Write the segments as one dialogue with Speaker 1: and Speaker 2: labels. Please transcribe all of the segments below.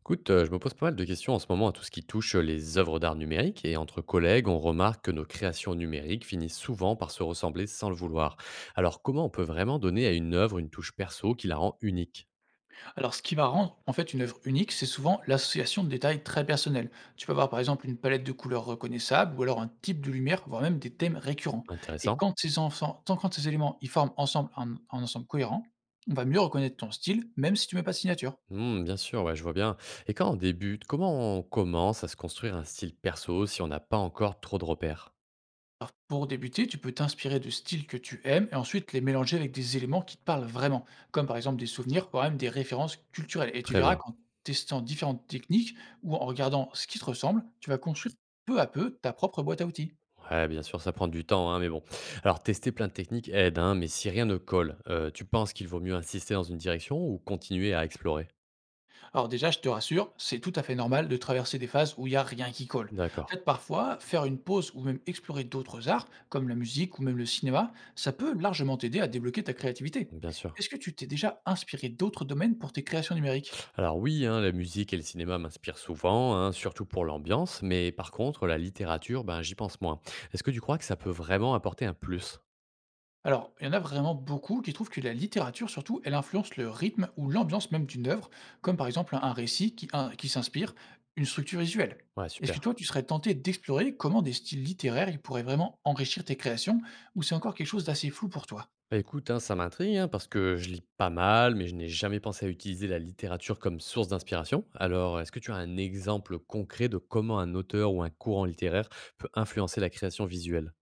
Speaker 1: Écoute, je me pose pas mal de questions en ce moment à tout ce qui touche les œuvres d'art numérique, et entre collègues, on remarque que nos créations numériques finissent souvent par se ressembler sans le vouloir. Alors comment on peut vraiment donner à une œuvre une touche perso qui la rend unique?
Speaker 2: Alors, ce qui va rendre en fait une œuvre unique, c'est souvent l'association de détails très personnels. Tu peux avoir par exemple une palette de couleurs reconnaissables, ou alors un type de lumière, voire même des thèmes récurrents. Et
Speaker 1: Intéressant.
Speaker 2: quand ces enfants, tant quand ces éléments ils forment ensemble un ensemble cohérent, on va mieux reconnaître ton style, même si tu mets pas de signature.
Speaker 1: Hmm, bien sûr, ouais, je vois bien. Et quand on débute, comment on commence à se construire un style perso si on n'a pas encore trop de repères?
Speaker 2: Alors, pour débuter, tu peux t'inspirer de styles que tu aimes et ensuite les mélanger avec des éléments qui te parlent vraiment, comme par exemple des souvenirs, voire même des références culturelles. Et tu
Speaker 1: Très
Speaker 2: verras
Speaker 1: bien.
Speaker 2: qu'en testant différentes techniques ou en regardant ce qui te ressemble, tu vas construire peu à peu ta propre boîte à outils.
Speaker 1: Ouais, bien sûr, ça prend du temps, hein, mais bon. Alors, tester plein de techniques aide, hein, mais si rien ne colle, tu penses qu'il vaut mieux insister dans une direction ou continuer à explorer?
Speaker 2: Alors déjà, je te rassure, c'est tout à fait normal de traverser des phases où il n'y a rien qui colle. En
Speaker 1: D'accord.
Speaker 2: fait, parfois, faire une pause ou même explorer d'autres arts, comme la musique ou même le cinéma, ça peut largement t'aider à débloquer ta créativité.
Speaker 1: Bien sûr.
Speaker 2: Est-ce que tu t'es déjà inspiré d'autres domaines pour tes créations numériques?
Speaker 1: Alors oui, hein, la musique et le cinéma m'inspirent souvent, hein, surtout pour l'ambiance, mais par contre, la littérature, ben, j'y pense moins. Est-ce que tu crois que ça peut vraiment apporter un plus?
Speaker 2: Alors, il y en a vraiment beaucoup qui trouvent que la littérature, surtout, elle influence le rythme ou l'ambiance même d'une œuvre, comme par exemple un récit qui s'inspire, une structure visuelle.
Speaker 1: Ouais,
Speaker 2: Est-ce que
Speaker 1: super.
Speaker 2: toi, tu serais tenté d'explorer comment des styles littéraires ils pourraient vraiment enrichir tes créations, ou c'est encore quelque chose d'assez flou pour toi?
Speaker 1: Bah écoute, hein, ça m'intrigue, hein, parce que je lis pas mal, mais je n'ai jamais pensé à utiliser la littérature comme source d'inspiration. Alors, est-ce que tu as un exemple concret de comment un auteur ou un courant littéraire peut influencer la création visuelle?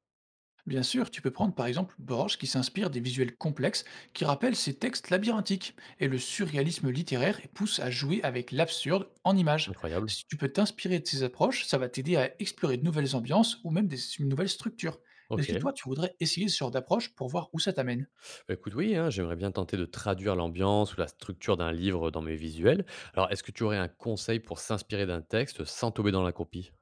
Speaker 2: Bien sûr, tu peux prendre par exemple Borges qui s'inspire des visuels complexes qui rappellent ses textes labyrinthiques et le surréalisme littéraire et pousse à jouer avec l'absurde en images.
Speaker 1: Incroyable.
Speaker 2: Si tu peux t'inspirer de ces approches, ça va t'aider à explorer de nouvelles ambiances ou même des nouvelles structures. Est-ce que
Speaker 1: Ok.
Speaker 2: toi, tu voudrais essayer ce genre d'approche pour voir où ça t'amène?
Speaker 1: Bah, écoute, oui, hein, j'aimerais bien tenter de traduire l'ambiance ou la structure d'un livre dans mes visuels. Alors, est-ce que tu aurais un conseil pour s'inspirer d'un texte sans tomber dans la copie?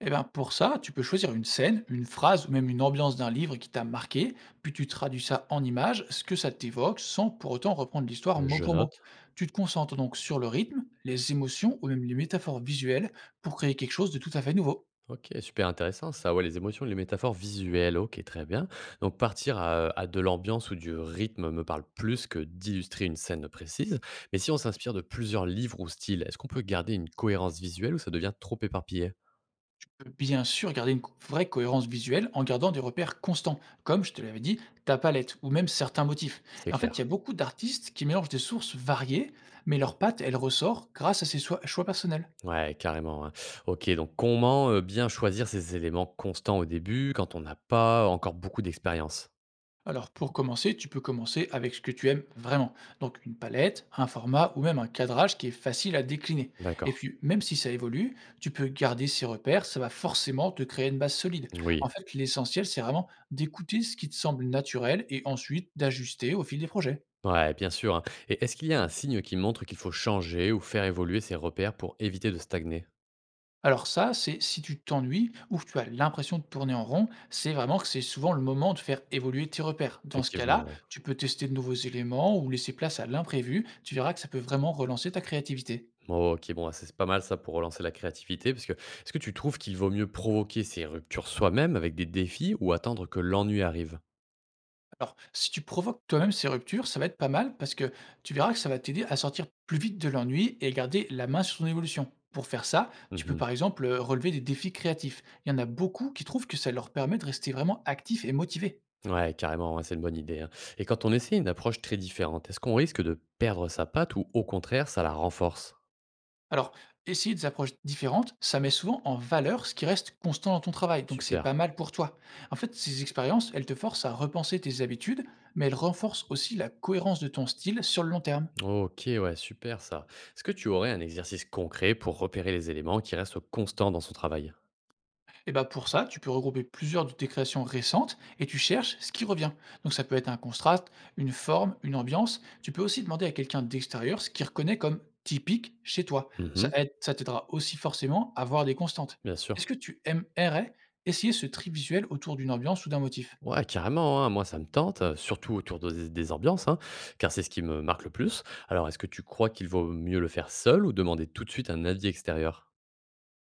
Speaker 2: Eh ben, pour ça, tu peux choisir une scène, une phrase ou même une ambiance d'un livre qui t'a marqué, puis tu traduis ça en images, ce que ça t'évoque, sans pour autant reprendre l'histoire mot
Speaker 1: Je
Speaker 2: pour mot.
Speaker 1: note.
Speaker 2: Tu te concentres donc sur le rythme, les émotions ou même les métaphores visuelles pour créer quelque chose de tout à fait nouveau.
Speaker 1: Ok, super intéressant ça. Ouais, les émotions, les métaphores visuelles. Ok, très bien. Donc, partir à de l'ambiance ou du rythme me parle plus que d'illustrer une scène précise. Mais si on s'inspire de plusieurs livres ou styles, est-ce qu'on peut garder une cohérence visuelle ou ça devient trop éparpillé?
Speaker 2: Tu peux bien sûr garder une vraie cohérence visuelle en gardant des repères constants, comme je te l'avais dit, ta palette ou même certains motifs.
Speaker 1: C'est
Speaker 2: Et en fait, il y a
Speaker 1: clair.
Speaker 2: beaucoup d'artistes qui mélangent des sources variées, mais leur patte, elle ressort grâce à ses choix personnels.
Speaker 1: Ouais, carrément, hein. OK, donc comment, bien choisir ces éléments constants au début quand on n'a pas encore beaucoup d'expérience?
Speaker 2: Alors pour commencer, tu peux commencer avec ce que tu aimes vraiment. Donc une palette, un format ou même un cadrage qui est facile à décliner. Et
Speaker 1: D'accord.
Speaker 2: puis même si ça évolue, tu peux garder ces repères, ça va forcément te créer une base solide.
Speaker 1: Oui.
Speaker 2: En fait, l'essentiel, c'est vraiment d'écouter ce qui te semble naturel et ensuite d'ajuster au fil des projets.
Speaker 1: Ouais, bien sûr, hein, et est-ce qu'il y a un signe qui montre qu'il faut changer ou faire évoluer ses repères pour éviter de stagner?
Speaker 2: Alors ça, c'est si tu t'ennuies ou que tu as l'impression de tourner en rond, c'est vraiment que c'est souvent le moment de faire évoluer tes repères. Dans ce cas-là,
Speaker 1: Effectivement, ouais.
Speaker 2: tu peux tester de nouveaux éléments ou laisser place à l'imprévu, tu verras que ça peut vraiment relancer ta créativité.
Speaker 1: Oh, OK, bon, c'est pas mal ça pour relancer la créativité, parce que est-ce que tu trouves qu'il vaut mieux provoquer ces ruptures soi-même avec des défis ou attendre que l'ennui arrive?
Speaker 2: Alors, si tu provoques toi-même ces ruptures, ça va être pas mal parce que tu verras que ça va t'aider à sortir plus vite de l'ennui et à garder la main sur ton évolution. Pour faire ça, tu peux
Speaker 1: Mmh.
Speaker 2: par exemple relever des défis créatifs. Il y en a beaucoup qui trouvent que ça leur permet de rester vraiment actifs et motivés.
Speaker 1: Ouais, carrément, ouais, c'est une bonne idée, hein. Et quand on essaie une approche très différente, est-ce qu'on risque de perdre sa patte ou au contraire, ça la renforce?
Speaker 2: Alors, essayer des approches différentes, ça met souvent en valeur ce qui reste constant dans ton travail, donc c'est pas
Speaker 1: Super.
Speaker 2: mal pour toi. En fait, ces expériences, elles te forcent à repenser tes habitudes, mais elles renforcent aussi la cohérence de ton style sur le long terme.
Speaker 1: Ok, ouais, super ça. Est-ce que tu aurais un exercice concret pour repérer les éléments qui restent constants dans son travail?
Speaker 2: Et bah pour ça, tu peux regrouper plusieurs de tes créations récentes et tu cherches ce qui revient. Donc ça peut être un contraste, une forme, une ambiance. Tu peux aussi demander à quelqu'un d'extérieur ce qu'il reconnaît comme typique chez toi.
Speaker 1: Mhm,
Speaker 2: Ça aide, ça t'aidera aussi forcément à voir des constantes.
Speaker 1: bien
Speaker 2: Est-ce
Speaker 1: sûr.
Speaker 2: que tu aimerais essayer ce tri visuel autour d'une ambiance ou d'un motif?
Speaker 1: Ouais, carrément, hein, moi ça me tente, surtout autour des ambiances, hein, car c'est ce qui me marque le plus. Alors, est-ce que tu crois qu'il vaut mieux le faire seul ou demander tout de suite un avis extérieur?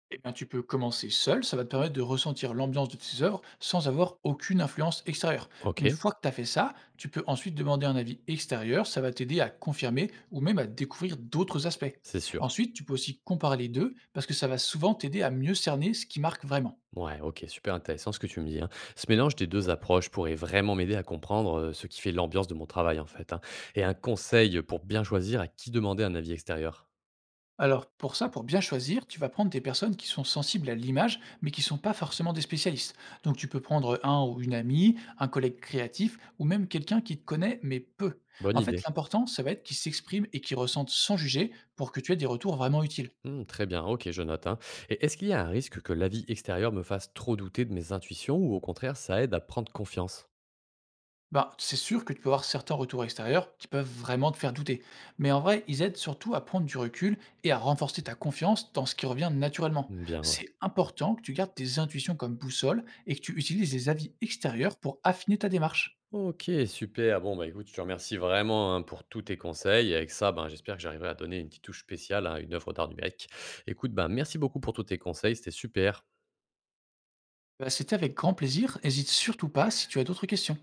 Speaker 2: Eh bien, tu peux commencer seul, ça va te permettre de ressentir l'ambiance de tes œuvres sans avoir aucune influence extérieure.
Speaker 1: Ok,
Speaker 2: Une fois que tu as fait ça, tu peux ensuite demander un avis extérieur, ça va t'aider à confirmer ou même à découvrir d'autres aspects.
Speaker 1: c'est sûr.
Speaker 2: Ensuite, tu peux aussi comparer les deux parce que ça va souvent t'aider à mieux cerner ce qui marque vraiment.
Speaker 1: Ouais, OK, super intéressant ce que tu me dis, hein. Ce mélange des 2 approches pourrait vraiment m'aider à comprendre, ce qui fait l'ambiance de mon travail, en fait, hein. Et un conseil pour bien choisir à qui demander un avis extérieur?
Speaker 2: Alors pour ça, pour bien choisir, tu vas prendre des personnes qui sont sensibles à l'image, mais qui ne sont pas forcément des spécialistes. Donc tu peux prendre un ou une amie, un collègue créatif, ou même quelqu'un qui te connaît, mais peu.
Speaker 1: Bonne
Speaker 2: En fait,
Speaker 1: idée.
Speaker 2: l'important, ça va être qu'ils s'expriment et qu'ils ressentent sans juger pour que tu aies des retours vraiment utiles.
Speaker 1: Mmh, très bien, OK, je note, hein. Et est-ce qu'il y a un risque que l'avis extérieur me fasse trop douter de mes intuitions ou au contraire, ça aide à prendre confiance?
Speaker 2: Bah, c'est sûr que tu peux avoir certains retours extérieurs qui peuvent vraiment te faire douter. Mais en vrai, ils aident surtout à prendre du recul et à renforcer ta confiance dans ce qui revient naturellement.
Speaker 1: Mmh, bien, ouais.
Speaker 2: C'est important que tu gardes tes intuitions comme boussole et que tu utilises les avis extérieurs pour affiner ta démarche.
Speaker 1: OK, super. Bon, bah, écoute, je te remercie vraiment, hein, pour tous tes conseils, et avec ça, ben, j'espère que j'arriverai à donner une petite touche spéciale à une œuvre d'art numérique. Écoute, ben, merci beaucoup pour tous tes conseils, c'était super.
Speaker 2: Bah, c'était avec grand plaisir. N'hésite surtout pas si tu as d'autres questions.